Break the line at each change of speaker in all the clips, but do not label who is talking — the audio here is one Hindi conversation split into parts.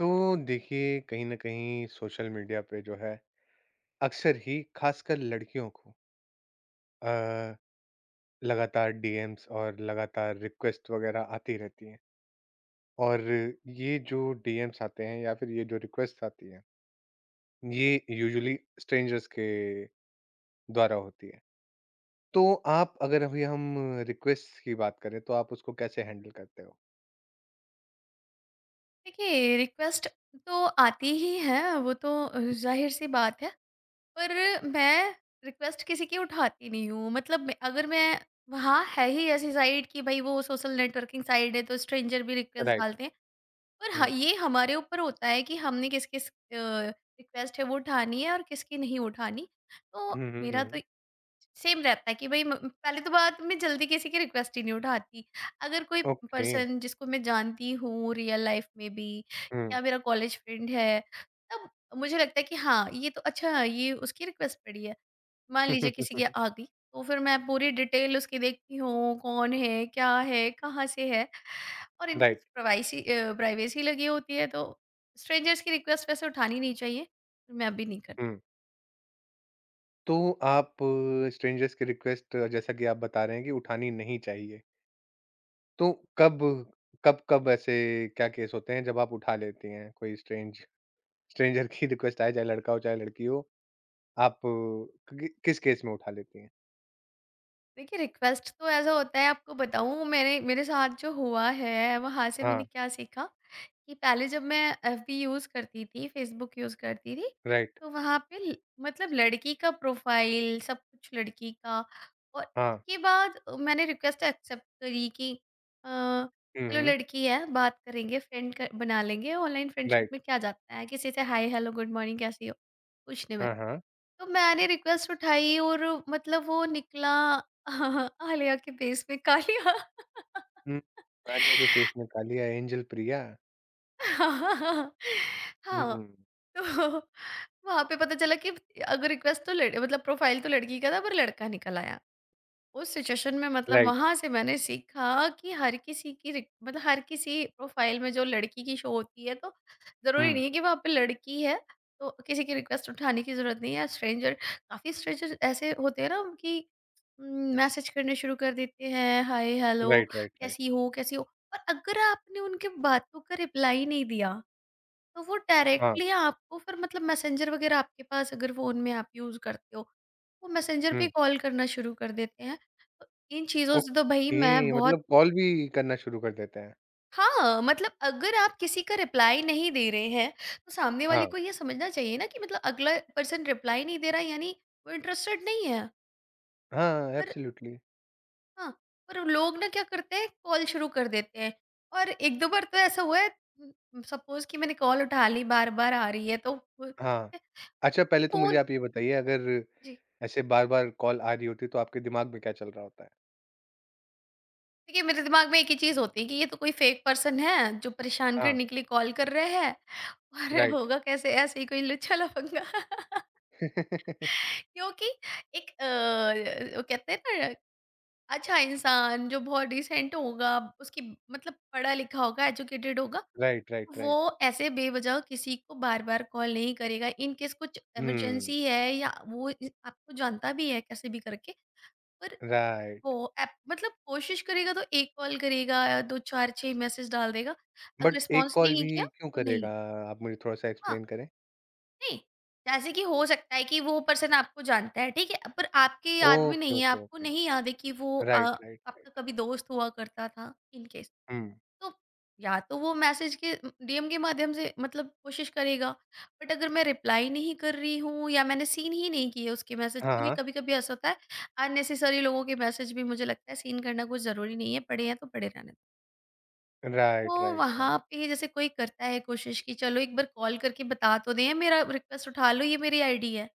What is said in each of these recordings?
तो देखिए कहीं न कहीं सोशल मीडिया पे जो है अक्सर ही ख़ासकर लड़कियों को अ, लगातार डीएम्स और लगातार रिक्वेस्ट वग़ैरह आती रहती हैं। और ये जो डीएम्स आते हैं या फिर ये जो रिक्वेस्ट आती हैं, ये यूजुअली स्ट्रेंजर्स के द्वारा होती है। तो आप अगर अभी हम रिक्वेस्ट की बात करें तो आप उसको कैसे हैंडल करते हो?
देखिए, रिक्वेस्ट तो आती ही है। वो तो ज़ाहिर सी बात है। पर मैं रिक्वेस्ट किसी की उठाती नहीं हूँ। मतलब अगर मैं, हाँ, है ही ऐसी साइट कि भाई वो सोशल नेटवर्किंग साइट है तो स्ट्रेंजर भी रिक्वेस्ट
राइट।
डालते हैं। पर हाँ,
हुँ।
ये हमारे ऊपर होता है कि हमने किस किस रिक्वेस्ट है वो उठानी है और किसकी नहीं उठानी। तो
हुँ, हुँ,
मेरा
हुँ,
तो
हुँ।
सेम रहता है कि भई म पहली तो बात, मैं जल्दी किसी की रिक्वेस्ट ही नहीं उठाती। अगर कोई
ओके।
पर्सन जिसको मैं जानती हूँ रियल लाइफ़ में भी,
हुँ।
या मेरा कॉलेज फ्रेंड है, तब मुझे लगता है कि हाँ, ये तो अच्छा है, ये उसकी रिक्वेस्ट पड़ी है। मान लीजिए किसी की आ गई, तो फिर मैं पूरी डिटेल उसकी देखती हूँ, कौन है, क्या है, कहाँ से है, और इनकी
राइट।
प्राइवेसी प्राइवेसी लगी होती है तो स्ट्रेंजर्स की रिक्वेस्ट वैसे उठानी नहीं चाहिए, मैं भी नहीं करती।
हुँ। तो आप स्ट्रेंजर्स की रिक्वेस्ट जैसा कि आप बता रहे हैं कि उठानी नहीं चाहिए। तो कब कब-कब ऐसे क्या केस होते हैं जब आप उठा लेती हैं कोई स्ट्रेंजर की रिक्वेस्ट आए, चाहे लड़का हो, चाहे लड़की हो, आप कि किस केस में उठा लेती हैं?
देखिए, रिक्वेस्ट तो ऐसा होता है, आपको बताऊँ, मैंने मेरे साथ जो हुआ है वहाँ से
हाँ,
मैंने क्या सीखा। कि पहले जब मैं एफबी यूज़ करती थी, फेसबुक यूज़ करती थी,
राइट।
तो वहाँ पे ल मतलब लड़की का प्रोफ़ाइल, सब कुछ लड़की का। और
हाँ।
उसके बाद मैंने रिक्वेस्ट एक्सेप्ट करी कि अ,
हुँ,
चलो
हुँ।
लड़की है, बात करेंगे, फ्रेंड क बना लेंगे। Online friendship
right.
में क्या जाता है, किसी से हाय, हेलो, गुड मॉर्निंग, कैसी हो? पूछने में।
हाँ, हाँ।
तो मैंने रिक्वेस्ट उठाई, और मतलब वो निकला आलिया के बेस में कालिया।
हुँ। आलिया के फेस में कालिया, एंजल प्रिया।
हाँ, हाँ,
हुँ,
तो वहां पे पता चला कि अगर रिक्वेस्ट तो लड़ मतलब प्रोफाइल तो लड़की का था, पर लड़का निकल आया। उस सिचुएशन में, मतलब
राइट।
वहाँ से मैंने सीखा कि हर किसी की रिक मतलब हर किसी प्रोफ़ाइल में जो लड़की की शो होती है, तो ज़रूरी
हुँ।
नहीं है कि वहाँ पे लड़की है। तो किसी की रिक्वेस्ट उठाने की ज़रूरत नहीं है। स्ट्रेंजर, काफ़ी स्ट्रेंजर ऐसे होते हैं ना कि उम, मैसेज करने शुरू कर देते हैं, hi, hello,
right, right, right.
कैसी हो, कैसी हो? और अगर आपने उनकी बातों का रिप्लाई नहीं दिया तो वो
हाँ।
डायरेक्टली आपको फिर, मतलब मैसेंजर वगैरह आपके पास, अगर फ़ोन में आप यूज़ करते हो, वो मैसेंजर पे
हुँ।
कॉल करना शुरू कर देते हैं। तो इन चीज़ों से तो भई मैं
ओके,
बहुत,
मतलब कॉल भी करना शुरू कर देते हैं।
हाँ, मतलब अगर आप किसी का रिप्लाई नहीं दे रहे हैं, तो सामने वाले
हाँ।
को ये समझना चाहिए ना कि मतलब अगला पर्सन रिप्लाई नहीं दे रहा, यानी वो इंटरेस्टेड नहीं है।
हाँ,
पर
एब्सोल्युटली।
हाँ, पर लोग ना क्या करते हैं, कॉल शुरू कर देते हैं, और 1-2 बार तो ऐसा हुआ है सपोज़ कि मैंने कॉल उठा ली, बार-बार आ रही है तो
हाँ। अच्छा पहले तो मुझे
फ़ोन,
आप ये बताइए अगर
जी।
ऐसे बार-बार कॉल आ रही होती है तो आपके दिमाग में क्या चल रहा होता है?
देखिए, मेरे दिमाग में एक ही चीज़ होती है कि ये तो कोई फेक पर्सन है, जो परेशान
हाँ,
करने के लिए कॉल कर रहे हैं। और
राइट।
होगा कैसे, ऐसे ही कोई लुच्छा-लफंगा। क्योंकि एक वो कहते हैं ना, अच्छा इंसान जो बहुत डिसेंट होगा, उसकी, मतलब पढ़ा-लिखा होगा, एजुकेटेड होगा,
राइट, राइट, राइट।
वो ऐसे बेवजह किसी को बार-बार कॉल नहीं करेगा। इन केस कुछ
हुँ,
इमरजेंसी है, या वो इ आपको जानता भी है कैसे भी करके। पर
राइट।
वो ऐप, मतलब कोशिश करेगा तो 1 कॉल करेगा या 2-4-6 मैसेज डाल देगा। अगर
बट एक
रिस्पॉन्स
कॉल
नहीं
भी
किया
क्यों
तो नहीं।
करेगा? आप मुझे थोड़ा-सा
हाँ,
एक्सप्लेन करें।
नहीं, जैसे कि हो सकता है कि वो पर्सन आपको जानता है, ठीक है? पर आपके याद में
ओके,
नहीं है,
ओके,
आपको
ओके।
नहीं याद है कि वो
राइट, राइट, राइट।
आपका कभी दोस्त हुआ करता था, इन केस।
हुँ।
तो या तो वो मैसेज के, डीएम के माध्यम से, मतलब कोशिश करेगा। बट अगर मैं रिप्लाई नहीं कर रही हूँ या मैंने सीन ही नहीं किए उसके मैसेज,
हाँ,
क्योंकि
हाँ।
कभी कभी ऐसा होता है, अननेसेसरी लोगों के मैसेज भी मुझे लगता है सीन करना कुछ ज़रूरी नहीं है, पड़े हैं तो पड़े रहने दो।
राइट,
तो
राइट, राइट।
वहाँ पे जैसे कोई करता है कोशिश कि चलो एक बार कॉल करके बता तो दें, मेरा रिक्वेस्ट उठा लो, ये मेरी आईडी है।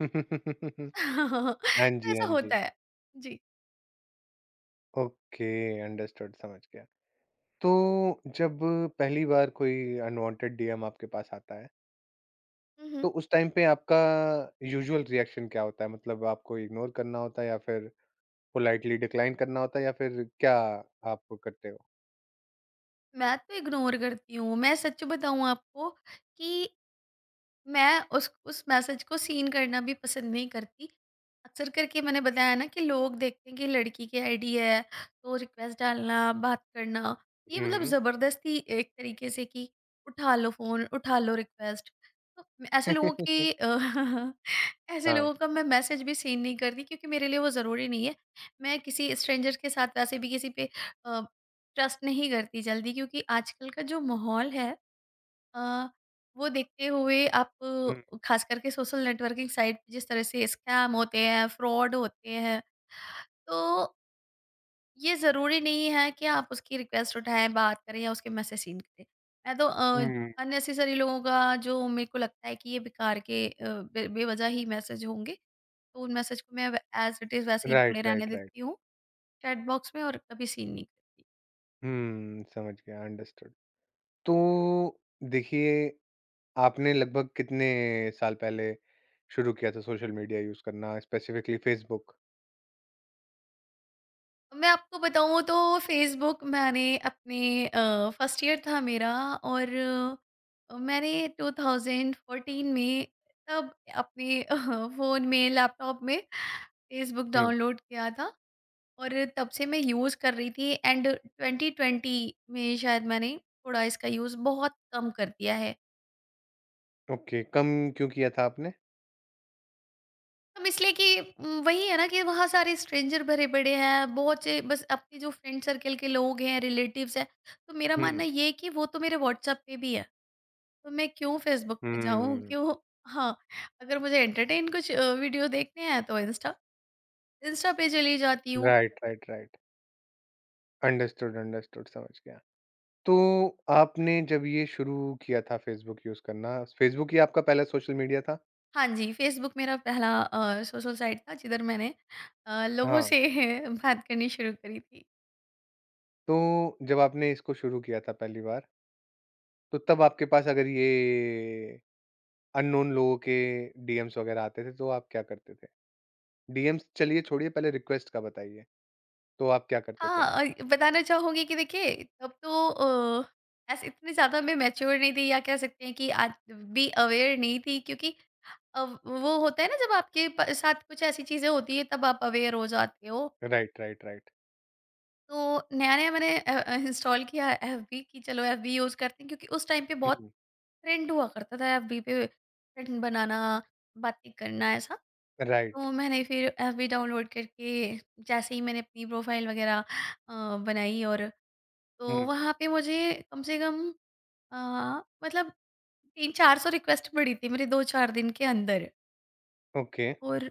हाँ
तो
जी, हाँ
ऐसा
जी।
होता है। जी।
ओके, अंडरस्टूड समझ गया। तो जब पहली बार कोई अनवांटेड डीएम आपके पास आता है
हम्म।
तो उस टाइम पे आपका यूजुअल रिएक्शन क्या होता है? मतलब आपको इग्नोर करना होता है या फिर पोलाइटली डिक्लाइन करना होता है या फिर क्या आप करते हो?
मैं तो इग्नोर करती हूँ, मैं सच बताऊँ आपको, कि मैं उस मैसेज को सीन करना भी पसंद नहीं करती। अक्सर करके मैंने बताया ना कि लोग देखते हैं कि लड़की की आईडी है, तो रिक्वेस्ट डालना, बात करना, ये,
हुँ,
मतलब
हुँ।
ज़बरदस्ती एक तरीके से कि उठा लो फ़ोन, उठा लो रिक्वेस्ट। ऐसे लोगों की ऐसे
हाँ।
लोगों का मैं मैसेज भी सीन नहीं करती, क्योंकि मेरे लिए वो ज़रूरी नहीं है। मैं किसी स्ट्रेंजर के साथ वैसे भी किसी पे अ, ट्रस्ट नहीं करती जल्दी, क्योंकि आजकल का जो माहौल है, अ, वो देखते हुए आप,
हुँ,
खास करके सोशल नेटवर्किंग साइट पे जिस तरह से स्कैम होते हैं, फ्रॉड होते हैं, तो ये ज़रूरी नहीं है कि आप उसकी रिक्वेस्ट उठाएँ, बात करें या उसके मैसेज सीन करें। मैं तो
हुँ।
अननेसेसरी लोगों का जो मेरे को लगता है कि ये बेकार के अ, बे बेवज़ह ही मैसेज होंगे, तो उन मैसेज को मैं व एज़ इट इज़ वैसे ही
राइट,
पड़े रहने
राइट, राइट।
देती हूँ चैट बॉक्स में, और कभी सीन नहीं करती।
हुँ, समझ गया, अंडरस्टूड। तो देखिए, आपने लगभग कितने साल पहले शुरू किया था सोशल मीडिया यूज़ करना, स्पेसिफिकली फ़ेसबुक?
मैं आपको बताऊँ, तो फ़ेसबुक मैंने अपने फर्स्ट ईयर था मेरा, और मैंने 2014 में तब अपने फ़ोन में, लैपटॉप में फ़ेसबुक
हुँ,
डाउनलोड किया था, और तब से मैं यूज़ कर रही थी। एंड 2020 में शायद मैंने थोड़ा इसका यूज़ बहुत कम कर दिया है।
ओके, कम क्यों किया था आपने?
हम, इसलिए कि वही है ना कि वहाँ सारे स्ट्रेंजर भरे पड़े हैं, बहुत से, बस अपने जो फ्रेंड सर्कल के लोग हैं, रिलेटिव्स हैं, तो मेरा मानना
हुँ,
ये है कि वो तो मेरे व्हाट्सएप पे भी है, तो मैं क्यों फेसबुक पे जाऊँ,
हुँ।
क्यों हाँ, अगर मुझे एंटरटेन कुछ वीडियो देखने हैं तो इंस्टा इंस्टा पे चली जाती हूँ।
Right, right, right. Understood, understood, समझ गया। तो आपने जब ये शुरू किया था फ़ेसबुक यूज़ करना, फ़ेसबुक ही आपका पहला सोशल मीडिया था?
हाँ जी, फेसबुक मेरा पहला सोशल साइट था, जिधर मैंने लोगों
हाँ।
से बात करनी शुरू करी थी।
तो जब आपने इसको शुरू किया था पहली बार, तो तब आपके पास अगर ये अननोन लोगों के डीएम्स वगैरह आते थे, तो आप क्या करते थे? डीएम्स चलिए छोड़िए, पहले रिक्वेस्ट का बताइए, तो आप क्या करते थे?
हाँ, बताना चाहूँगी कि देखिए, तब तो ऐसे इतनी ज़्यादा मैं मैच्योर नहीं थी, या कह सकते हैं कि आज भी अवेयर नहीं थी, क्योंकि अब वो होता है ना, जब आपके साथ कुछ ऐसी चीज़ें होती है, तब आप अवेयर हो जाते हो।
Right, right, right.
तो नया नया मैंने इंस्टॉल किया एफ बी, कि चलो एफ बी यूज़ करते हैं, क्योंकि उस टाइम पे बहुत
हुँ।
ट्रेंड हुआ करता था एफ बी पे, फ्रेंड बनाना, बातें करना ऐसा।
राइट।
तो मैंने फिर एफ बी डाउनलोड करके, जैसे ही मैंने अपनी प्रोफाइल वगैरह बनाई, और तो
हुँ।
वहाँ पे मुझे कम से कम अ, मतलब 300-400 रिक्वेस्ट पड़ी थी, मेरे 2-4 दिन के अंदर।
ओके।
और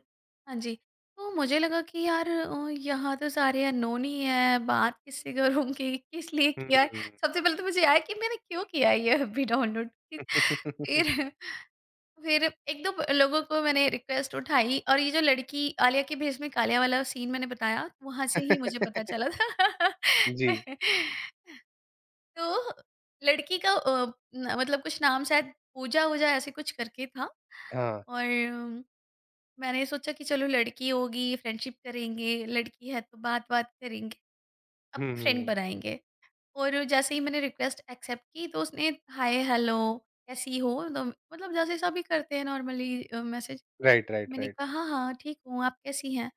हाँ जी, तो मुझे लगा कि यार, यहाँ तो सारे अननोन ही हैं, बात किससे करूँगी, किस लिए किया है?
हुँ।
सबसे पहले तो मुझे आया कि मैंने क्यों किया है ये अभी डाउनलोड कि, फिर फिर 1-2 ब लोगों को मैंने रिक्वेस्ट उठाई, और ये जो लड़की आलिया के भेष में कालिया वाला सीन मैंने बताया, वहाँ से ही मुझे पता चला था।
जी,
तो लड़की का अ, न मतलब कुछ नाम शायद पूजा-वूजा ऐसे कुछ करके था,
हाँ।
और मैंने सोचा कि चलो लड़की होगी, फ्रेंडशिप करेंगे, लड़की है तो बात-वात करेंगे,
हुँ,
अपनी
हुँ,
फ्रेंड
हुँ।
बनाएँगे। और जैसे ही मैंने रिक्वेस्ट एक्सेप्ट की, तो उसने हाय, हेलो, कैसी हो? तो मतलब जैसे सभी करते हैं नॉर्मली मैसेज।
राइट, राइट,
मैंने
राइट।
कहा, "हाँ, हाँ, ठीक हूँ, आप कैसी हैं?"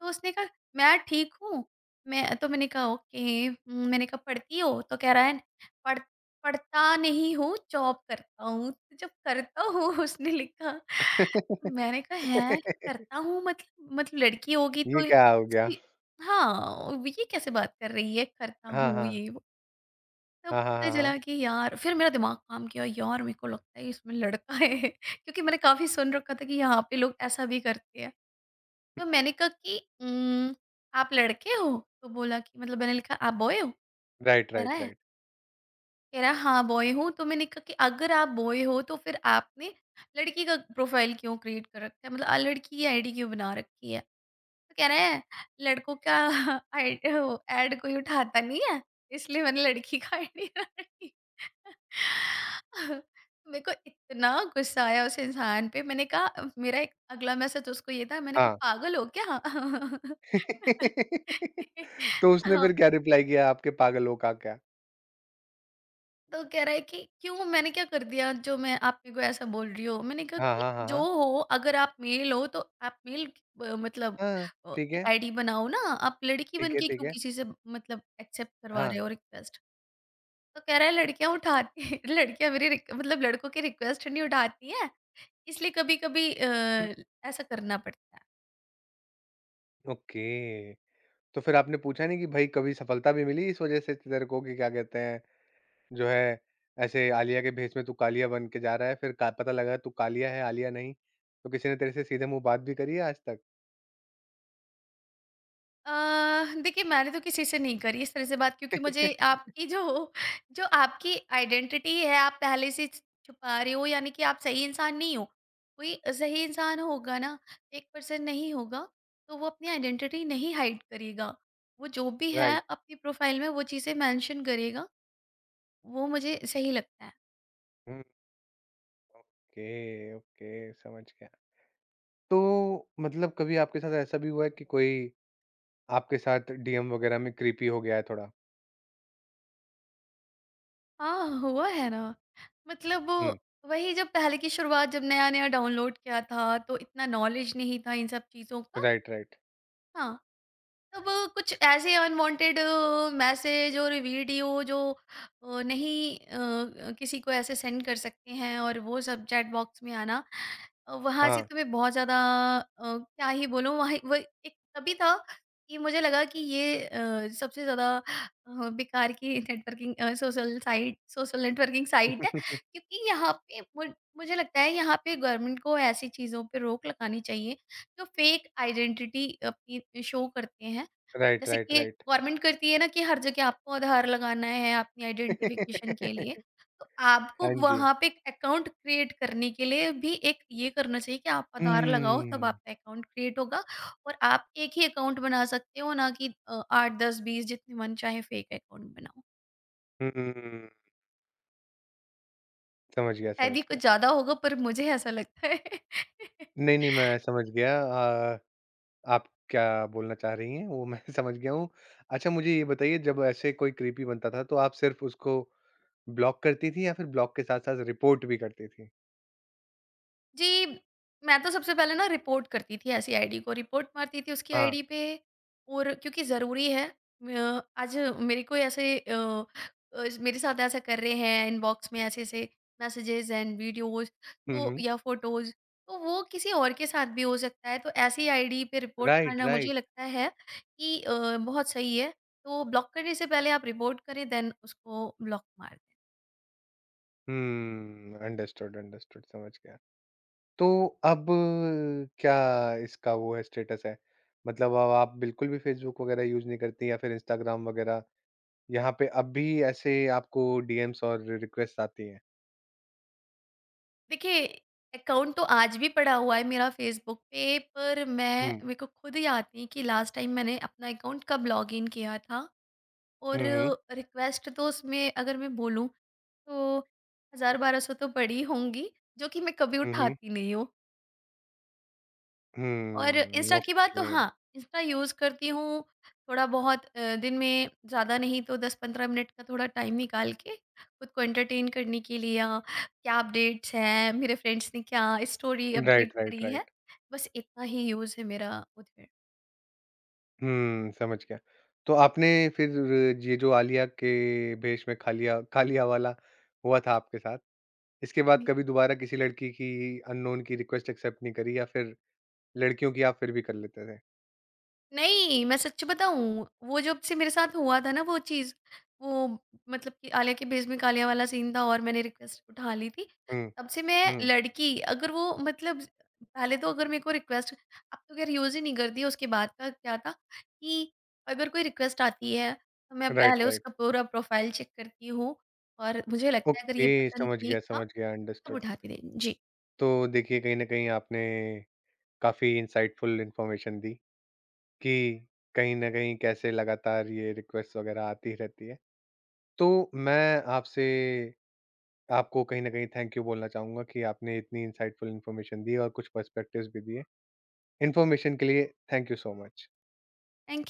तो उसने कहा, मैं ठीक हूँ। मैंने कहा ओके, मैंने कहा पढ़ती हो? तो कह रहा है, पढ़ पढ़ता नहीं हूँ, जॉब करता हूँ। तो जब करता हूँ, उसने लिखा, मैंने कहा, हैं? करता हूँ मतलब, मतलब लड़की होगी
ये
तो
क्या हो गया?
उसकी, हाँ, ये कैसे बात कर रही है, करता
हाँ,
हूँ
हाँ।
ये वो। तब
हाँ, हाँ,
पता
हाँ, हाँ।
चला कि यार, फिर मेरा दिमाग काम किया, यार मेरे को लगता है इसमें लड़का है। क्योंकि मैंने काफ़ी सुन रखा था कि यहाँ पे लोग ऐसा भी करते हैं। तो मैंने कहा कि आप लड़के हो? तो बोला कि, मतलब मैंने लिखा, आप बॉय हो? तो
राइट,
कह रहा
राइट,
है,
राइट।
हाँ, बॉय हूँ। तो मैंने कहा कि अगर आप बॉय हो, तो फिर आपने लड़की का प्रोफाइल क्यों क्रिएट कर रखा है? मतलब लड़की की आईडी क्यों बना रखी है? तो कह रहा है, लड़कों का आई वो ऐड कोई उठाता नहीं है, इसलिए मैंने लड़की का आईडी बना रखी है। मेरे को इतना गुस्सा आया उस इंसान पे, मैंने कहा, मेरा एक अगला मैसेज उसको ये था, मैंने
हाँ।
कहा, पागल हो क्या।
तो उसने
हाँ,
फिर क्या रिप्लाई किया आपके पागल हो का क्या?
तो कह रहा है कि क्यों, मैंने क्या कर दिया जो मैं, आप मेरे को ऐसा बोल रही हो? मैंने कहा
हाँ,
कि
हाँ, हाँ,
जो
हाँ।
हो, अगर आप मेल हो तो आप मेल, मतलब
हाँ, ठीक है,
आईडी बनाओ ना, आप लड़की बन
ठीक है,
के
ठीक
क्यों
है।
किसी से मतलब एक्सेप्ट करवा रहे
हाँ।
हो रिक्वेस्ट? तो कह रहा है, लड़कियां उठाती लड़कियां मेरी मतलब लड़कों की रिक्वेस्ट नहीं उठाती, इसलिए कभी-कभी
हुँ,
ऐसा करना पड़ता है।
ओके। तो फिर आपने पूछा नहीं कि भाई कभी सफलता भी मिली इस वज़ह से तेरे को कि क्या कहते हैं, जो है ऐसे आलिया के भेष में तू कालिया बन के जा रहा है, फिर का पता लगा तू कालिया है, आलिया नहीं। तो किसी ने तेरे से सीधे मुँह बात भी करी है आज तक?
देखिए, मैंने तो किसी से नहीं करी इस तरह से बात, क्योंकि मुझे आपकी जो जो आपकी आइडेंटिटी है आप पहले से छ छुपा रहे हो, यानी कि आप सही इंसान नहीं हो। कोई सही इंसान होगा ना, फेक पर्सन नहीं होगा, तो वो अपनी आइडेंटिटी नहीं हाइड करेगा। वो जो भी है
राइट।
अपनी प्रोफ़ाइल में वो चीज़ें मेंशन करेगा, वो मुझे सही लगता है।
हुँ, ओके, ओके, समझ गया। तो मतलब कभी आपके साथ ऐसा भी हुआ है कि कोई आपके साथ डीएम वगैरह में क्रीपी हो गया है थोड़ा?
हाँ, हुआ है ना। मतलब
हुँ।
वही, जब पहले की शुरुआत, जब नया-नया डाउनलोड किया था, तो इतना नॉलेज नहीं था इन सब चीज़ों का।
Right, right.
हाँ, तब कुछ ऐसे अनवांटेड मैसेज और वीडियो जो अ, नहीं अ, किसी को ऐसे सेंड कर सकते हैं, और वो सब चैट बॉक्स में आना, वहाँ से
हाँ।
तो मैं बहुत ज़्यादा, क्या ही बोलूँ, वहाँ वो एक तभी था कि मुझे लगा कि ये सबसे ज़्यादा बेकार की networking social site social networking site है, क्योंकि यहाँ पे मुझे लगता है यहाँ पे गवर्नमेंट को ऐसी चीज़ों पे रोक लगानी चाहिए जो फेक आइडेंटिटी अपनी शो करते हैं।
राइट,
जैसे
राइट,
कि
राइट।
गवर्नमेंट करती है ना कि हर जगह आपको आधार लगाना है अपनी आइडेंटिफिकेशन के लिए। तो आपको
हाँ जी।
वहाँ पे एक अकाउंट क्रिएट करने के लिए भी एक ये करना चाहिए कि आप आधार लगाओ, तब
हम्म।
आपका अकाउंट क्रिएट होगा। और आप एक ही अकाउंट बना सकते हो, ना कि 8, 10, 20 जितने मन चाहे फेक अकाउंट बनाओ।
हम्म, समझ गया,
शायद
समझ
ये कुछ
गया।
ज़्यादा होगा, पर मुझे ऐसा लगता है।
नहीं, नहीं, मैं समझ गया, अ, आप क्या बोलना चाह रही हैं वो मैं समझ गया हूँ। अच्छा मुझे ये बताइए जब ऐसे कोई क्रीपी बनता था तो आप सिर्फ़ उसको ब्लॉक करती थीं या फिर ब्लॉक के साथ-साथ रिपोर्ट भी करती थीं?
जी, मैं तो सबसे पहले ना रिपोर्ट करती थी ऐसी आईडी को, रिपोर्ट मारती थी उसकी
हाँ।
आईडी पे, और क्योंकि ज़रूरी है, आज मेरे को ऐसे मेरे साथ ऐसा कर रहे हैं, इनबॉक्स में ऐसे-ऐसे मैसेजेज़ एंड वीडियोज़,
हुँ,
तो
हुँ।
या फ़ोटोज़, तो वो किसी और के साथ भी हो सकता है, तो ऐसी आईडी पे रिपोर्ट
राइट,
मारना मुझे
राइट।
लगता है कि बहुत सही है। तो ब्लॉक करने से पहले आप रिपोर्ट करें, देन उसको ब्लॉक मार दें।
हुँ, अंडरस्टूड, अंडरस्टूड समझ गया। तो अब क्या इसका वो है स्टेटस है? मतलब अब आप बिल्कुल भी फेसबुक वगैरह यूज़ नहीं करती या फिर इंस्टाग्राम वगैरह, यहाँ पे अब भी ऐसे आपको डीएम्स और रिक्वेस्ट आती हैं?
देखिए, अकाउंट तो आज भी पड़ा हुआ है मेरा फेसबुक पे, पर मैं,
हुँ,
मेरे को खुद याद नहीं कि लास्ट टाइम मैंने अपना अकाउंट कब लॉगिन किया था। और
हुँ, हुँ।
रिक्वेस्ट तो उसमें अगर मैं बोलूँ तो 1000-1200 तो पड़ी होंगी, जो कि मैं कभी
हुँ, हुँ।
उठाती नहीं हूँ। और
हुँ,
इंस्टा की बात तो
ओके।
हाँ, इंस्टा यूज़ करती हूँ थोड़ा बहुत, दिन में ज़्यादा नहीं तो 10-15 मिनट का थोड़ा टाइम निकाल के, खुद को एंटरटेन करने के लिए, या क्या अपडेट्स हैं, मेरे फ्रेंड्स ने क्या स्टोरी अपडेट
राइट, राइट,
करी है,
राइट।
बस इतना ही यूज़ है मेरा उधर।
हुँ, समझ गया। तो आपने फिर ये जो आलिया के भेष में खा लिया वाला हुआ था आपके साथ इसके बाद कभी दोबारा किसी लड़की की अननोन की रिक्वेस्ट एक्सेप्ट नहीं करी या फिर लड़कियों की आप फिर भी कर लेते थे?
नहीं, मैं सच बताऊँ, वो जब से मेरे साथ हुआ था ना वो चीज़, वो, मतलब कि आलिया के भेष में कालिया वाला सीन था और मैंने रिक्वेस्ट उठा ली थी।
हुँ,
तब से मैं
हुँ।
लड़की, अगर वो, मतलब पहले तो अगर मेरे को रिक्वेस्ट, अब तो खैर यूज़ ही नहीं करती, उसके बाद का क्या था कि अगर कोई रिक्वेस्ट आती है, तो मैं
राइट,
पहले
राइट।
उसका पूरा प्रोफ़ाइल चेक करती हूँ, और मुझे लगता है अगर
ओके,
ये पर्सन ठीक था,
समझ गया,
तब
अंडरस्टूड।
उठाती थी। जी,
तो देखिए, कहीं न कहीं आपने काफ़ी इनसाइटफुल इन्फॉर्मेशन दी कि कहीं न कहीं कैसे लगातार ये रिक्वेस्ट वगैरह आती रहती है। तो मैं आपसे आपको कहीं न कहीं थैंक यू बोलना चाहूँगा कि आपने इतनी इनसाइटफुल इन्फॉर्मेशन दी और कुछ पर्सपेक्टिव्स भी दिए। इन्फॉर्मेशन के लिए thank you so much.
Thank